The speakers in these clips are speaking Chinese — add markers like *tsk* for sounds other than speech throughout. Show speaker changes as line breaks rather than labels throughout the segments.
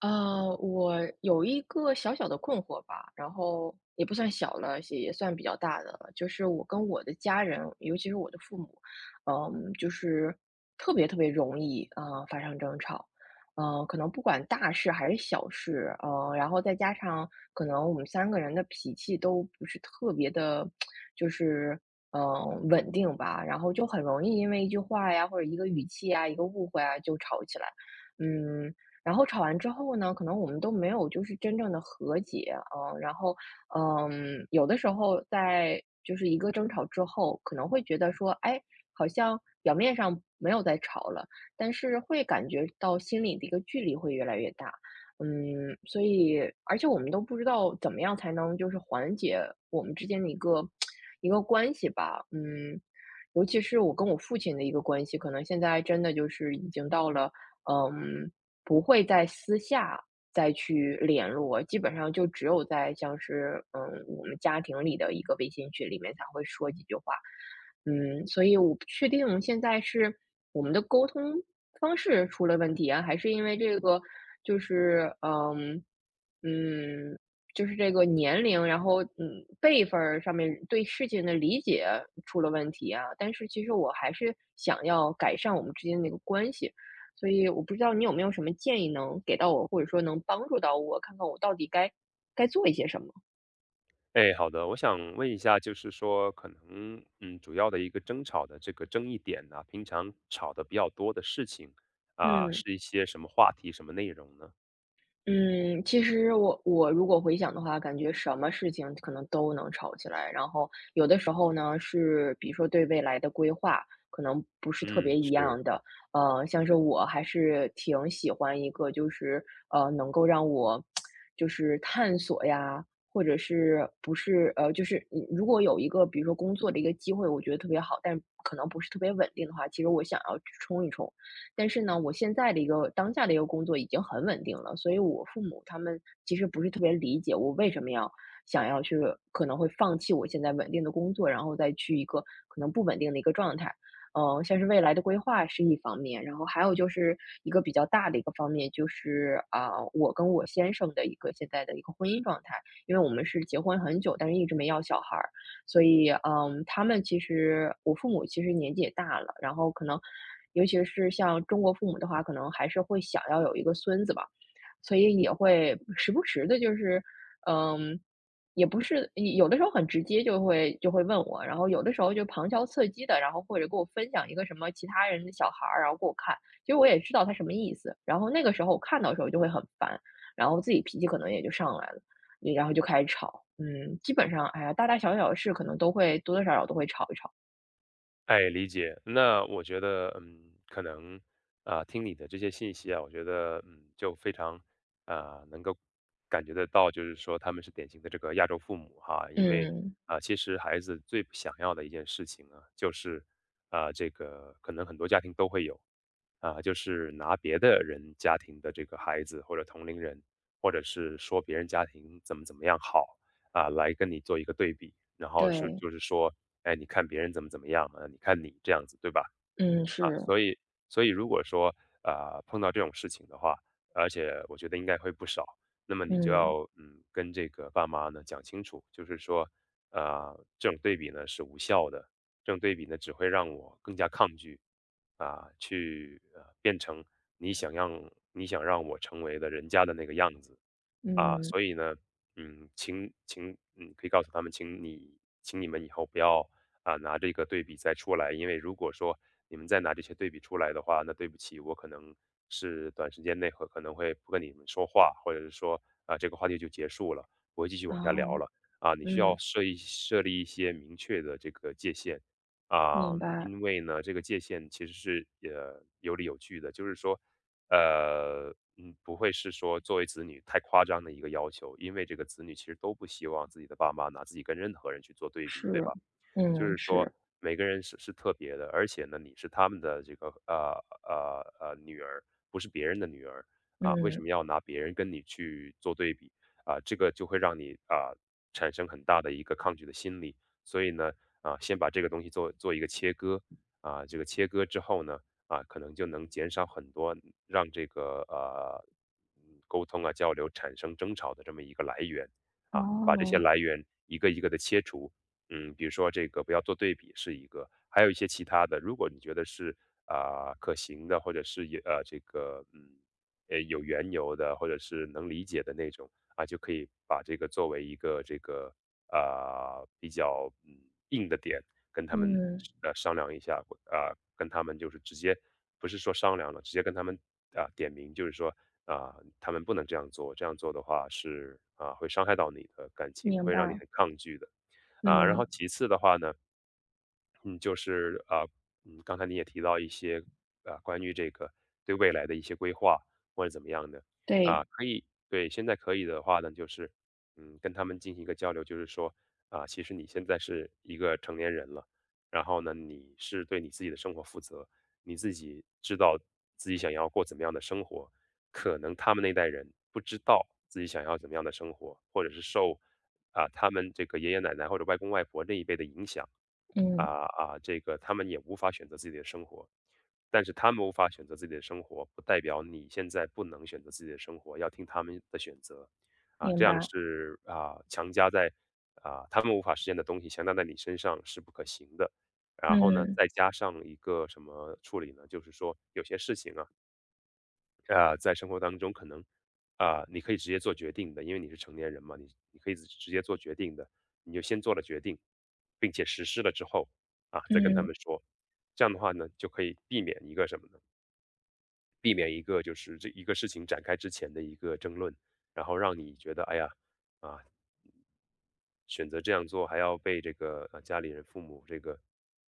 我有一个小小的困惑吧，然后也不算小了，也算比较大的了，就是我跟我的家人，尤其是我的父母，嗯，就是特别特别容易，发生争吵，可能不管大事还是小事，然后再加上可能我们三个人的脾气都不是特别的，就是,稳定吧，然后就很容易因为一句话呀，或者一个语气啊，一个误会啊，就吵起来。嗯，然后吵完之后呢，可能我们都没有就是真正的和解，嗯，然后，嗯，有的时候在就是一个争吵之后，可能会觉得说，哎，好像表面上没有在吵了，但是会感觉到心里的一个距离会越来越大，嗯，所以而且我们都不知道怎么样才能就是缓解我们之间的一个 *tsk* 一个关系吧，嗯，尤其是我跟我父亲的一个关系，可能现在真的就是已经到了。嗯，不会在私下再去联络，基本上就只有在像是，嗯，我们家庭里的一个微信群里面才会说几句话。嗯，所以我不确定现在是我们的沟通方式出了问题啊，还是因为这个就是，嗯，嗯，就是这个年龄，然后，嗯，辈分儿上面对事情的理解出了问题啊。但是其实我还是想要改善我们之间的一个关系。所以我不知道你有没有什么建议能给到我，或者说能帮助到我，看看我到底该做一些什么？
哎，好的，我想问一下，就是说，可能主要的一个争吵的这个争议点呢、平常吵的比较多的事情啊、
嗯。
是一些什么话题、什么内容呢？
嗯，其实我如果回想的话，感觉什么事情可能都能吵起来。然后有的时候呢，是比如说对未来的规划可能不是特别
嗯，
一样
是。
的。像是我还是挺喜欢一个，就是能够让我就是探索呀，或者是不是就是你如果有一个比如说工作的一个机会，我觉得特别好，但可能不是特别稳定的话，其实我想要去冲一冲。但是呢，我现在的一个当下的一个工作已经很稳定了，所以我父母他们其实不是特别理解我为什么要想要去可能会放弃我现在稳定的工作，然后再去一个可能不稳定的一个状态。像是未来的规划是一方面，然后还有就是一个比较大的一个方面，就是啊、我跟我先生的一个现在的一个婚姻状态，因为我们是结婚很久，但是一直没要小孩儿，所以，嗯，他们其实我父母其实年纪也大了，然后可能尤其是像中国父母的话，可能还是会想要有一个孙子吧，所以也会时不时的，就是嗯，也不是有的时候很直接就会问我，然后有的时候就旁敲侧击的，然后或者给我分享一个什么其他人的小孩儿，然后给我看，其实我也知道他什么意思，然后那个时候我看到的时候就会很烦，然后自己脾气可能也就上来了。然后就开始吵。嗯，基本上，哎呀，大大小小的事可能都会多多少少都会吵一吵。
哎，理解。那我觉得，可能啊，听你的这些信息啊，我觉得，就非常啊，能够感觉得到，就是说他们是典型的这个亚洲父母哈，因为
嗯，
啊，其实孩子最不想要的一件事情啊，就是啊，这个可能很多家庭都会有啊，就是拿别的人家庭的这个孩子或者同龄人，或者是说别人家庭怎么怎么样好啊，来跟你做一个对比，然后是
对，
就是说，哎，你看别人怎么怎么样啊，你看你这样子，对吧？
嗯，
啊，
是，
所以如果说啊、碰到这种事情的话，而且我觉得应该会不少，那么你就
嗯
要跟这个爸妈呢讲清楚，就是说，啊、这种对比呢是无效的，这种对比呢只会让我更加抗拒啊、去变成你想让你想让我成为的人家的那个样子啊，
嗯，
所以呢，请，可以告诉他们，请你们以后不要啊拿这个对比再出来，因为如果说你们再拿这些对比出来的话，那对不起，我可能是短时间内和可能会不跟你们说话，或者是说啊这个话题就结束了，不会继续往下聊
哦，
了啊。你需要
嗯，
设立一些明确的这个界限啊，
明白，
因为呢这个界限其实是有理有据的，就是说不会是说作为子女太夸张的一个要求，因为这个子女其实都不希望自己的爸妈拿自己跟任何人去做对比，对
是，
吧？就
嗯，
是说
是，
每个人是特别的，而且呢，你是他们的这个女儿，不是别人的女儿啊，为什
嗯，
么要拿别人跟你去做对比啊？这个就会让你啊产生很大的一个抗拒的心理，所以呢啊，先把这个东西做一个切割啊，这个切割之后呢啊，可能就能减少很多让这个沟通啊交流产生争吵的这么一个来源啊，把这些
哦，
来源一个一个的切除比如说这个不要做对比是一个，还有一些其他的，如果你觉得是啊、可行的，或者是也这个有缘由的，或者是能理解的那种啊，就可以把这个作为一个这个啊、比较硬的点跟他们
嗯，
商量一下啊、跟他们就是直接不是说商量了，直接跟他们啊、点名，就是说啊、他们不能这样做，这样做的话是啊、会伤害到你的感情，
明
会让你
白，
很抗拒的。啊，然后
嗯，
其次的话呢，嗯，就是啊，刚才你也提到一些啊，关于这个对未来的一些规划或者怎么样的
对，
啊，可以对，现在可以的话呢，就是跟他们进行一个交流，就是说啊，其实你现在是一个成年人了，然后呢，你是对你自己的生活负责，你自己知道自己想要过怎么样的生活，可能他们那代人不知道自己想要怎么样的生活，或者是受啊他们这个爷爷奶奶或者外公外婆那一辈的影响。
嗯，
这个他们也无法选择自己的生活，但是他们无法选择自己的生活，不代表你现在不能选择自己的生活，要听他们的选择，啊，
明
这样
白，
是啊强加在啊他们无法实现的东西强加在你身上是不可行的。然后呢，
嗯
再加上一个什么处理呢？就是说有些事情啊。在生活当中可能，啊、你可以直接做决定的，因为你是成年人嘛，你可以直接做决定的，你就先做了决定，并且实施了之后，啊，再跟他
嗯，
们说，这样的话呢，就可以避免一个什么呢？避免一个就是这一个事情展开之前的一个争论，然后让你觉得，哎呀，啊，选择这样做，还要被这个家里人、父母这个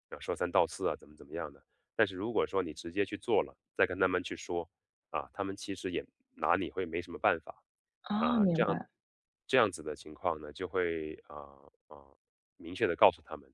啊说三道四啊，怎么怎么样的。但是如果说你直接去做了，再跟他们去说啊，他们其实也拿你会没什么办法
哦，
啊。
明白，
这样子的情况呢，就会啊明确的告诉他们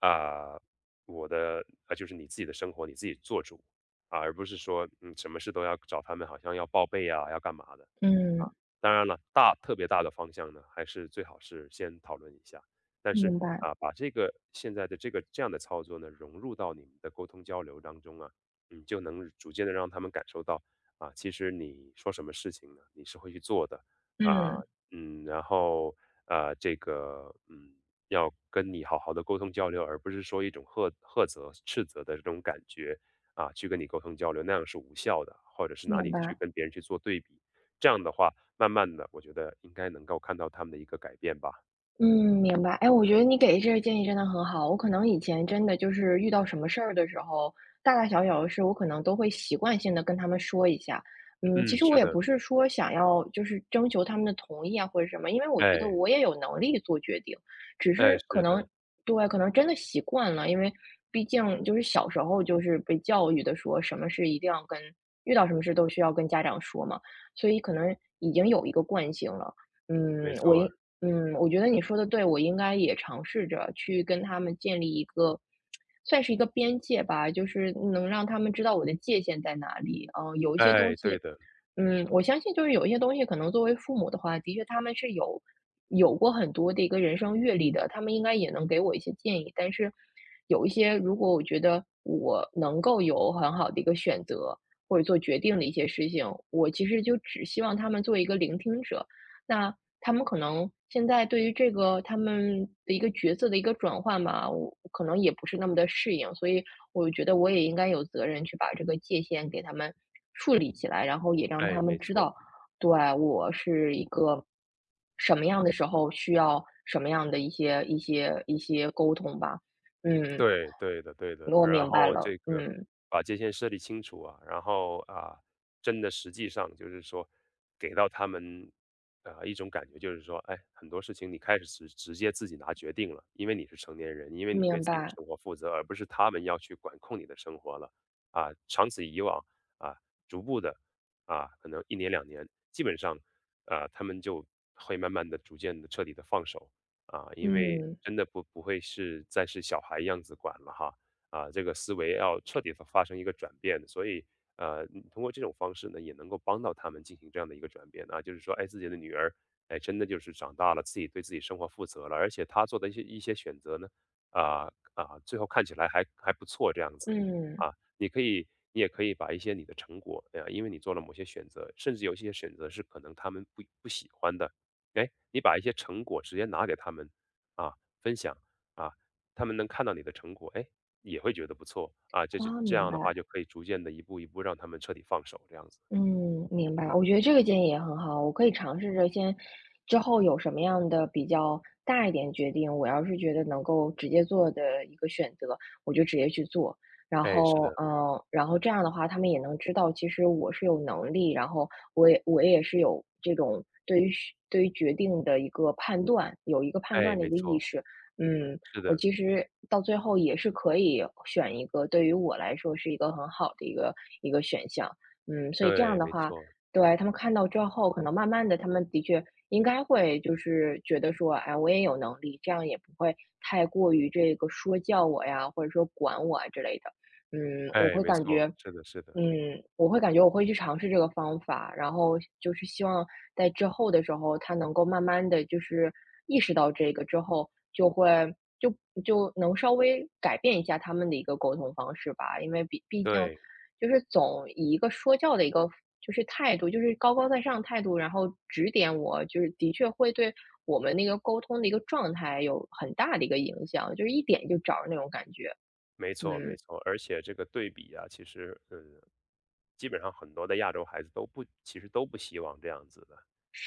啊，我的啊就是你自己的生活你自己做主啊，而不是说什么事都要找他们，好像要报备啊，要干嘛的。
嗯，
当然了，特别大的方向呢，还是最好是先讨论一下。但是
明白，
啊，把这个现在的这个这样的操作呢，融入到你们的沟通交流当中啊，你就能逐渐的让他们感受到啊，其实你说什么事情呢，你是会去做的啊，
嗯，
然后这个要跟你好好的沟通交流，而不是说一种呵呵责、斥责的这种感觉啊，去跟你沟通交流，那样是无效的，或者是拿
明
你去
白。
跟别人去做对比，这样的话。慢慢的，我觉得应该能够看到他们的一个改变吧。
嗯，明白。哎，我觉得你给这个建议真的很好。我可能以前真的就是遇到什么事儿的时候，大大小小的事，我可能都会习惯性的跟他们说一下。嗯，其
嗯，
实我
是
也
的，
不是说想要就是征求他们的同意啊或者什么，因为我觉得
哎，
我也有能力做决定，只
哎，
是可
是
能
的，
对，可能真的习惯了，因为毕竟就是小时候就是被教育的说什么事一定要跟遇到什么事都需要跟家长说嘛，所以可能已经有一个惯性了。
没
嗯，我
错
应
儿，
嗯，我觉得你说的对，我应该也尝试着去跟他们建立一个，算是一个边界吧，就是能让他们知道我的界限在哪里。嗯，有一些东
哎，对
西，
的，
嗯，我相信就是有一些东西，可能作为父母的话，的确他们是有过很多的一个人生阅历的，他们应该也能给我一些建议。但是有一些，如果我觉得我能够有很好的一个选择或者做决定的一些事情，我其实就只希望他们做一个聆听者。那他们可能现在对于这个他们的一个角色的一个转换吧，我可能也不是那么的适应，所以我觉得我也应该有责任去把这个界限给他们树理起来，然后也让他
哎，
们
没
知
错。
道，对，我是一个什么样的时候需要什么样的一些沟通吧。嗯，
对，对的对的。
我
然
明白
后
了，
这个
嗯，
把界限设立清楚啊，然后啊，真的实际上就是说给到他们，啊一种感觉就是说，哎，很多事情你开始直接自己拿决定了，因为你是成年人，因为你对
明
自己的
白，
生活负责，而不是他们要去管控你的生活了。啊，长此以往，啊，逐步的啊，可能一年2年，基本上，啊，他们就会慢慢的、逐渐的、彻底的放手。啊，因为
嗯，
真的不会是再是小孩样子管了哈，啊，这个思维要彻底的发生一个转变，所以通过这种方式呢，也能够帮到他们进行这样的一个转变啊，就是说，哎，自己的女儿，哎，真的就是长大了，自己对自己生活负责了，而且她做的一些选择呢，最后看起来还不错这样子
嗯，
啊，你可以。你也可以把一些你的成果，哎呀，因为你做了某些选择，甚至有一些选择是可能他们不喜欢的，哎，你把一些成果直接拿给他们啊，分享啊，他们能看到你的成果，哎，也会觉得不错啊。
啊，
这
明
样
白。
的话，就可以逐渐的一步一步让他们彻底放手，这样子。
嗯，明白。我觉得这个建议也很好，我可以尝试着先，之后有什么样的比较大一点决定，我要是觉得能够直接做的一个选择，我就直接去做。然
哎，是的，
后，嗯，然后这样的话，他们也能知道，其实我是有能力，然后我也是有这种对于选对于决定的一个判断，有一个判
哎，
断的一
没
个意
错，
识。嗯，
是
我
的，
其实到最后也是可以选一个对于我来说是一个很好的一个选项。嗯，所以这样
对，
的
没
话，
错，
对，他们看到之后，可能慢慢的，他们的确应该会就是觉得说，哎，我也有能力，这样也不会太过于这个说教我呀，或者说管我啊之类的。嗯，我
哎，
会
没
感
错，
觉
是的，是的，
嗯，我会感觉我会去尝试这个方法，然后就是希望在之后的时候，他能够慢慢的就是意识到这个之后，就会就就能稍微改变一下他们的一个沟通方式吧。因为毕竟
对。
就是总以一个说教的一个就是态度，就是高高在上态度，然后指点我，就是的确会对我们那个沟通的一个状态有很大的一个影响，就是一点就着那种感觉。
没错，没
嗯，
错，而且这个对比啊，其实，基本上很多的亚洲孩子都不，其实都不希望这样子的，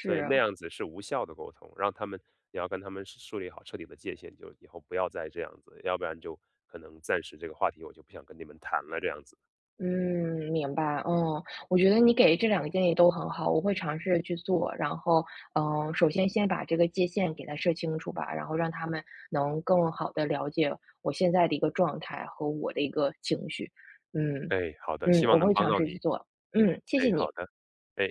所以那样子是无效的沟通，让他们也要跟他们是树立好彻底的界限，就以后不要再这样子，要不然就可能暂时这个话题我就不想跟你们谈了这样子。
嗯，明白，嗯，我觉得你给这两个建议都很好，我会尝试去做。然后，嗯，首先先把这个界限给它设清楚吧，然后让他们能更好的了解我现在的一个状态和我的一个情绪。嗯
哎，好的，
嗯，
希望
我
能
会
帮
尝
到
试去
你。
做。嗯，谢谢
哎，
你。
好的，哎。